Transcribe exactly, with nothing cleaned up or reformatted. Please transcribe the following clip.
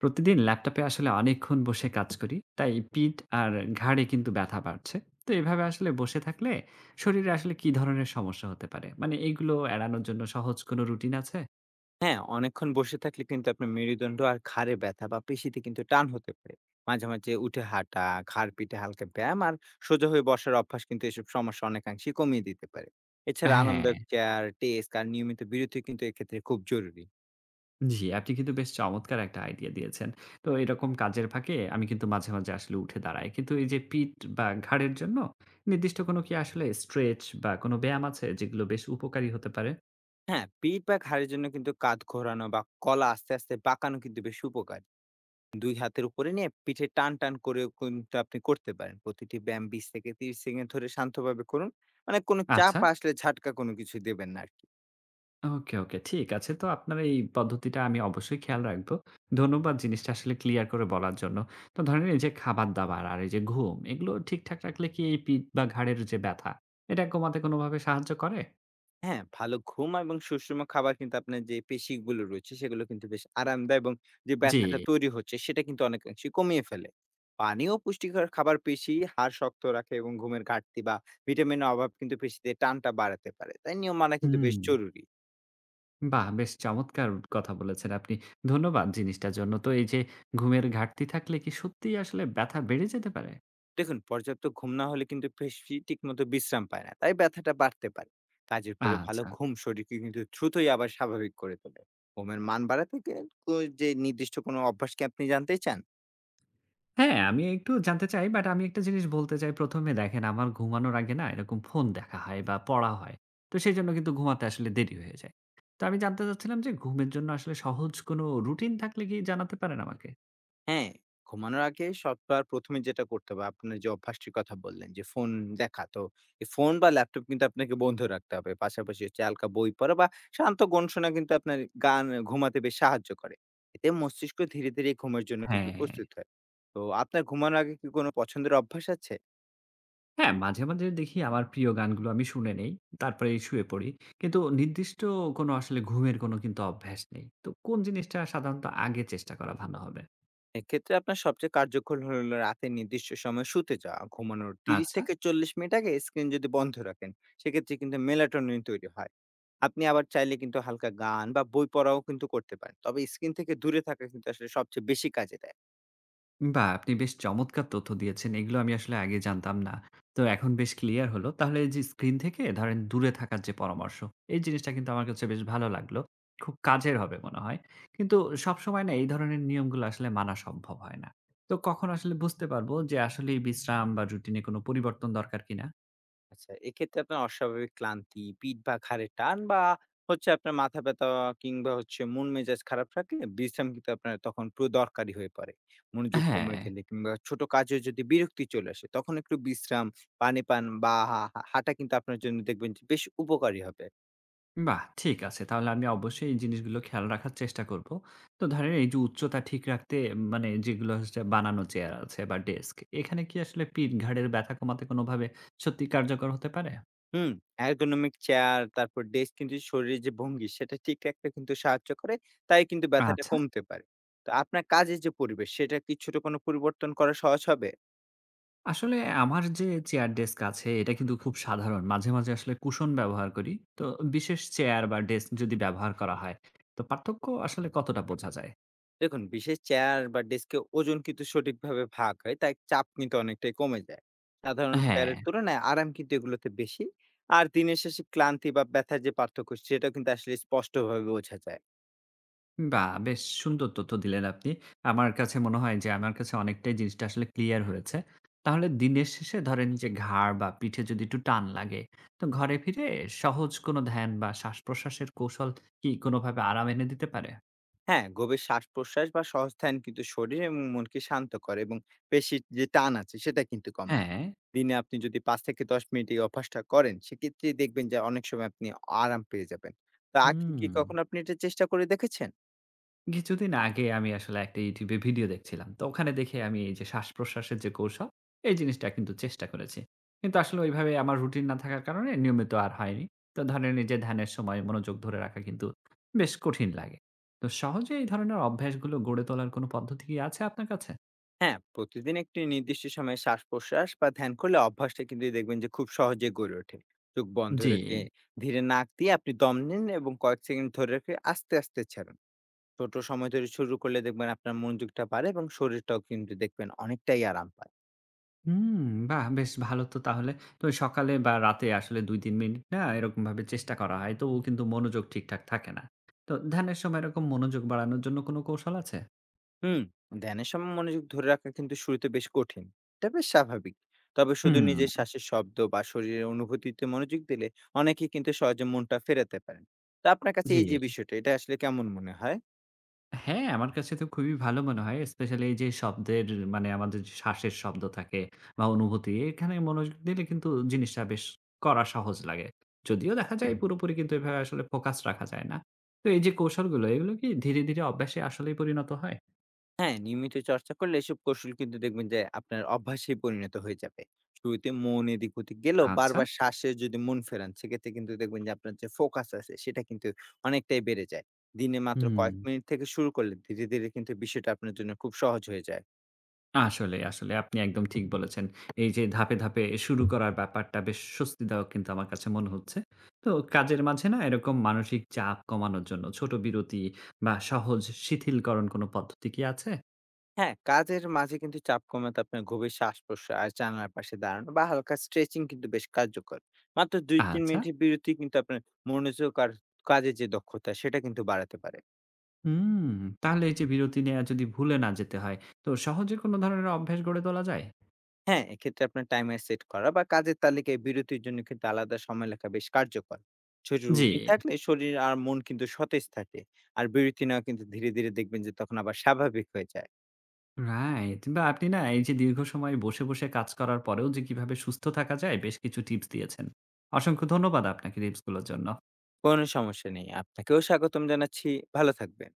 প্রতিদিন ল্যাপটপে আসলে অনেকক্ষণ বসে কাজ করি তাই পিঠ আর ঘাড়ে কিন্তু ব্যথা বাড়ছে। তো এভাবে আসলে বসে থাকলে শরীরে আসলে কি ধরনের সমস্যা হতে পারে, মানে এগুলো এড়ানোর জন্য সহজ কোনো রুটিন আছে? হ্যাঁ, অনেকক্ষণ বসে থাকলে কিন্তু আপনার মেরুদণ্ড আর ঘাড়ে ব্যথা বা পেশিতে কিন্তু টান হতে পারে। মাঝে, মাঝে উঠে হাঁটা, ঘাড় পিঠে হালকা ব্যায়াম আর সোজা হয়ে বসার অভ্যাস কিন্তু এসব সমস্যা অনেকাংশেই কমিয়ে দিতে পারে। এছাড়া হ্যাঁ, আরামদায়ক চেয়ার, ডেস্ক আর নিয়মিত বিরতি কিন্তু এক্ষেত্রে খুব জরুরি। জি, আপনি কিন্তু বেশ চমৎকার একটা আইডিয়া দিয়েছেন। তো এরকম কাজের ফাঁকে আমি কিন্তু মাঝে মাঝে আসলে উঠে দাঁড়াই, কিন্তু এই যে পিঠ বা ঘাড়ের জন্য নির্দিষ্ট কোনো কি আসলে স্ট্রেচ বা কোনো ব্যায়াম আছে যেগুলো বেশ উপকারী হতে পারে? হ্যাঁ, পিঠ বা ঘাড়ের জন্য কিন্তু কাঁধ ঘোরানো বা গলা আস্তে, আস্তে বাঁকানো কিন্তু বেশ উপকারী। দুই হাতের উপরে নিয়ে পিঠে টান, টান করেও কিন্তু আপনি করতে পারেন। প্রতিটি ব্যায়াম বিশ থেকে ত্রিশ সেকেন্ড ধরে শান্তভাবে করুন। মানে কোনো চাপ আচ্ছা, আসলে ঝাটকা কোনো কিছু দেবেন না আরকি। ওকে, ওকে। ঠিক আছে। তো আপনার এই পদ্ধতিটা আমি অবশ্যই খেয়াল রাখবো। ধন্যবাদ জিনিসটা আসলে ক্লিয়ার করে বলার জন্য। তো ধরেন এই যে খাবার-দাবার আর এই যে ঘুম, এগুলো ঠিকঠাক রাখলে কি এই পিঠ বা ঘাড়ের যে ব্যথা, এটা কমাতে কোনোভাবে সাহায্য করে? হ্যাঁ, ভালো ঘুম এবং সুষম খাবার কিন্তু আপনার যে পেশিগুলো রয়েছে, সেগুলো কিন্তু বেশ আরামদায়ক এবং যে জি। ব্যথাটা তৈরি হচ্ছে, সেটা কিন্তু অনেকাংশে কমিয়ে ফেলে। পানি ও পুষ্টিকর খাবার পেশি, হাড় শক্ত রাখে এবং ঘুমের ঘাটতি বা ভিটামিনের অভাব কিন্তু পেশিতে টানটা বাড়াতে পারে। তাই নিয়ম মানা কিন্তু হুম। বেশ জরুরি। বাহ! বেশ চমৎকার কথা বলেছেন আপনি। ধন্যবাদ জিনিসটার জন্য। তো এই যে ঘুমের ঘাটতি থাকলে কি সত্যিই আসলে ব্যথা বেড়ে যেতে পারে? দেখুন, পর্যাপ্ত ঘুম না হলে কিন্তু পেশি ঠিকমতো বিশ্রাম পায় না, তাই ব্যথাটা বাড়তে পারে। কাজের পরে ভালো আচ্ছা। ঘুম শরীরকে কিন্তু দ্রুতই আবার স্বাভাবিক করে তোলে। ঘুমের মান বাড়াতে কে কো যে নির্দিষ্ট কোনো অভ্যাস কি আপনি জানতে চান? হ্যাঁ, আমি একটু জানতে চাই, বাট আমি একটা জিনিস বলতে চাই। প্রথম এ দেখেন আমার ঘুমানোর আগে না এরকম ফোন দেখা হয় বা পড়া হয়। তো সেজন্য কিন্তু ঘুমাতে আসলে দেরি হয়ে যায়। তো আমি জানতে চাচ্ছিলাম যে ঘুমের জন্য আসলে সহজ কোনো রুটিন থাকলে কি জানাতে পারেন আমাকে? হ্যাঁ, ঘুমানোর আগে সবার প্রথম এ যেটা করতে হবে, আপনার যে অভ্যাসটির কথা বললেন যে ফোন দেখা। তো এই ফোন বা ল্যাপটপ কিন্তু আপনাকে বন্ধ রাখতে হবে। পাশাপাশি হচ্ছে হালকা বই পড়া বা শান্ত গান শোনা কিন্তু আপনার গান ঘুমাতে বেশ সাহায্য করে। এতে মস্তিষ্ক ধীরে, ধীরে ঘুমের জন্য কিন্তু হ্যাঁ। প্রস্তুত হয়। তো আপনার ঘুমানোর আগে কি কোনো পছন্দের অভ্যাস আছে? হ্যাঁ, মাঝে, মাঝে দেখি আমার প্রিয় গানগুলো আমি শুনে নেই। তারপরে শুয়ে পড়ি। কিন্তু নির্দিষ্ট কোনো আসলে ঘুমের কোনো কিন্তু অভ্যাস নেই। তো কোন জিনিসটা সাধারণত আগে চেষ্টা করা ভালো হবে? এক্ষেত্রে আপনার সবচেয়ে কার্যকর হলো রাতে নির্দিষ্ট সময় শুতে যাওয়া। ঘুমানোর তিরিশ আচ্ছা। থেকে চল্লিশ মিনিট আগে স্ক্রিন যদি বন্ধ রাখেন, সেক্ষেত্রে কিন্তু মেলাটোনিন তৈরি হয়। আপনি আবার চাইলে কিন্তু হালকা গান বা বই পড়াও কিন্তু করতে পারেন, তবে স্ক্রিন থেকে দূরে থাকা কিন্তু আসলে সবচেয়ে বেশি কাজে দেয়। বাহ! আপনি বেশ চমৎকার তথ্য দিয়েছেন। এগুলো আমি আসলে আগে জানতাম না। তো এখন বেশ ক্লিয়ার হলো। তাহলে এই যে স্ক্রিন থেকে ধরেন দূরে থাকার যে পরামর্শ, এই জিনিসটা কিন্তু আমার কাছে বেশ ভালো লাগলো। খুব কাজের হবে মনে হয়। কিন্তু সবসময় না এই ধরনের নিয়মগুলো আসলে মানা সম্ভব হয় না। তো কখন আসলে বুঝতে পারবো যে আসলেই বিশ্রাম বা রুটিনে কোনো পরিবর্তন দরকার কিনা? আচ্ছা, এক্ষেত্রে আপনার অস্বাভাবিক ক্লান্তি, পিঠ বা ঘাড়ের টান বা হচ্ছে আপনার মাথা ব্যথা কিংবা হচ্ছে মন মেজাজ খারাপ থাকলে বিশ্রাম কিন্তু আপনার তখন পুরো দরকারি হয়ে পড়ে। মনোযোগ কমে হ্যাঁ। গেলে কিংবা ছোট কাজেও যদি বিরক্তি চলে আসে, তখন একটু বিশ্রাম, পানি পান বা হা হা হাঁটা কিন্তু আপনার জন্য দেখবেন যে বেশ উপকারী হবে। বাহ! ঠিক আছে। তাহলে আমি অবশ্যই এই জিনিসগুলো খেয়াল রাখার চেষ্টা করব। তো ধরেন এই যে উচ্চতা ঠিক রাখতে, মানে যেগুলো হচ্ছে বানানো চেয়ার আছে বা ডেস্ক, এখানে কি আসলে পিঠ ঘাড়ের ব্যথা কমাতে কোনোভাবে সত্যি কার্যকর হতে পারে? হুম? Ergonomic চেয়ার তারপর ডেস্ক কিন্তু শরীরের যে ভঙ্গি সেটা ঠিক রাখতে কিন্তু সাহায্য করে। তাই কিন্তু ব্যথাটা আচ্ছা। কমতে পারে। তো আপনার কাজের যে পরিবেশ সেটা কি ছোট কোনো পরিবর্তন করা সহজ হবে? আসলে আমার যে চেয়ার ডেস্ক আছে এটা কিন্তু খুব সাধারণ। মাঝে, মাঝে আসলে কুশন ব্যবহার করি। তো বিশেষ চেয়ার বা ডেস্ক যদি ব্যবহার করা হয়, তো পার্থক্য আসলে কতটা বোঝা যায়? দেখুন, বিশেষ চেয়ার বা ডেস্কে ওজন কিন্তু সঠিকভাবে ভাগ হয়। তাই চাপ কিন্তু অনেকটাই কমে যায়। সাধারণ হ্যাঁ। চেয়ারের তুলনায় আরাম কিন্তু এগুলোতে বেশি। আর দিনের শেষে ক্লান্তি বা ব্যথার যে পার্থক্য সেটা কিন্তু আসলে স্পষ্টভাবে বোঝা যায়। বাহ! বেশ সুন্দর তথ্য দিলেন আপনি। আমার কাছে মনে হয় যে আমার কাছে অনেকটাই জিনিসটা আসলে ক্লিয়ার হয়েছে। তাহলে দিনের শেষে ধরেন যে ঘাড় বা পিঠে যদি একটু টান লাগে, তো ঘরে ফিরে সহজ কোনো ধ্যান বা শ্বাস-প্রশ্বাসের কৌশল কি কোনোভাবে আরাম এনে দিতে পারে? হ্যাঁ, গভীর শ্বাস-প্রশ্বাস বা সহজ ধ্যান কিন্তু শরীর এবং মনকে শান্ত করে এবং পেশির যে টান আছে সেটা কিন্তু কমায়। হ্যাঁ। দিনে আপনি যদি পাঁচ থেকে দশ মিনিট এই অভ্যাসটা করেন সেক্ষেত্রেই দেখবেন যে অনেক সময় আপনি আরাম পেয়ে যাবেন। তো আগে হুম। কি কখনো আপনি এটা চেষ্টা করে দেখেছেন? কিছুদিন আগে আমি আসলে একটা ইউটিউবে ভিডিও দেখছিলাম। তো ওখানে দেখে আমি এই যে শ্বাসপ্রশ্বাসের যে কৌশল, এই জিনিসটা কিন্তু চেষ্টা করেছি। কিন্তু আসলে ওইভাবে আমার রুটিন না থাকার কারণে নিয়মিত আর হয়নি। তো ধরেন এই যে ধ্যানের সময় মনোযোগ ধরে রাখা কিন্তু বেশ কঠিন লাগে। তো সহজে এই ধরনের অভ্যাসগুলো গড়ে তোলার কোনো পদ্ধতি কি আছে আপনার কাছে? হ্যাঁ, প্রতিদিন একটি নির্দিষ্ট সময়ে শ্বাস প্রশ্বাস বা ধ্যান করলে অভ্যাসটা কিন্তু দেখবেন যে খুব সহজে গড়ে ওঠে। চোখ বন্ধ জি। রেখে ধীরে নাক দিয়ে আপনি দম নিন এবং কয়েক সেকেন্ড ধরে রেখে আস্তে আস্তে ছাড়ুন। ছোট সময় ধরে শুরু করলে দেখবেন আপনার মনোযোগটা বাড়ে এবং শরীরটাও কিন্তু দেখবেন অনেকটাই আরাম পায়। হুম, বাহ! বেশ ভালো তো তাহলে। তো সকালে বা রাতে আসলে দুই থেকে তিন মিনিট না এরকমভাবে চেষ্টা করা হয়। তবুও কিন্তু মনোযোগ ঠিকঠাক থাকে না। তো ধ্যানের সময় এরকম মনোযোগ বাড়ানোর জন্য কোনো কৌশল আছে? হুম, ধ্যানের সময় মনোযোগ ধরে রাখা কিন্তু শুরুতে বেশ কঠিন। এটা বেশ স্বাভাবিক। তবে শুধু হুম, নিজের শ্বাসের শব্দ বা শরীরের অনুভূতিতে মনোযোগ দিলে অনেকেই কিন্তু সহজে মনটা ফেরাতে পারেন। তো আপনার কাছে জি। এই যে বিষয়টা এটা আসলে কেমন মনে হয়? হ্যাঁ, আমার কাছে তো খুবই ভালো মনে হয়। স্পেশালি এই যে শব্দের, মানে আমাদের যে শ্বাসের শব্দ থাকে বা অনুভূতি, এখানে মনোযোগ দিলে কিন্তু জিনিসটা বেশ করা সহজ লাগে। যদিও দেখা যায় পুরোপুরি কিন্তু এভাবে আসলে ফোকাস রাখা যায় না। তো এই যে কৌশলগুলো, এগুলো কি ধীরে, ধীরে অভ্যাসে আসলেই পরিণত হয়? হ্যাঁ, নিয়মিত চর্চা করলে এসব কৌশল কিন্তু দেখবেন যে আপনার অভ্যাসে পরিণত হয়ে যাবে। শুরুতে মন এদিক ওদিক গেলেও আচ্ছা। বারবার শ্বাসে যদি মন ফেরান, সেক্ষেত্রে কিন্তু দেখবেন যে আপনার যে ফোকাস আছে সেটা কিন্তু অনেকটাই বেড়ে যায়। দিনে মাত্র হুম। কয়েক মিনিট থেকে শুরু করলে ধীরে, ধীরে কিন্তু বিষয়টা আপনার জন্য খুব সহজ হয়ে যায়। আসলে, আসলে আপনি একদম ঠিক বলেছেন। এই যে ধাপে, ধাপে শুরু করার ব্যাপারটা বেশ স্বস্তিদায়ক কিন্তু আমার কাছে মনে হচ্ছে। তো কাজের মাঝে না এরকম মানসিক চাপ কমানোর জন্য ছোট বিরতি বা সহজ শিথিলকরণ কোনো পদ্ধতি কি আছে? হ্যাঁ, কাজের মাঝে কিন্তু চাপ কমাতে আপনার গভীর শ্বাস-প্রশ্বাস, জানালার পাশে দাঁড়ানো বা হালকা স্ট্রেচিং কিন্তু বেশ কার্যকর। মাত্র দুই থেকে তিন আচ্ছা। মিনিটের বিরতি কিন্তু আপনার মনোযোগ আর কাজের যে দক্ষতা সেটা কিন্তু বাড়াতে পারে। হুম, তাহলে এই যে বিরতি নেয়া যদি ভুলে না যেতে হয়, তো সহজে কোনো ধরনের অভ্যাস গড়ে তোলা যায়? হ্যাঁ, এক্ষেত্রে আপনার টাইমার সেট করা বা কাজের তালিকায় বিরতির জন্য কিন্তু আলাদা সময় লেখা বেশ কার্যকর। ছোট জি, রুটিন থাকলে শরীর আর মন কিন্তু সতেজ থাকে। আর বিরতি নেওয়া কিন্তু ধীরে, ধীরে দেখবেন যে তখন আবার স্বাভাবিক হয়ে যায়। রাইট। বা আপনি না এই যে দীর্ঘ সময় বসে, বসে কাজ করার পরেও যে কিভাবে সুস্থ থাকা যায় বেশ কিছু টিপস দিয়েছেন। অসংখ্য ধন্যবাদ আপনাকে টিপসগুলোর জন্য। কোনো সমস্যা নেই। আপনাকেও স্বাগতম জানাচ্ছি। ভালো থাকবেন।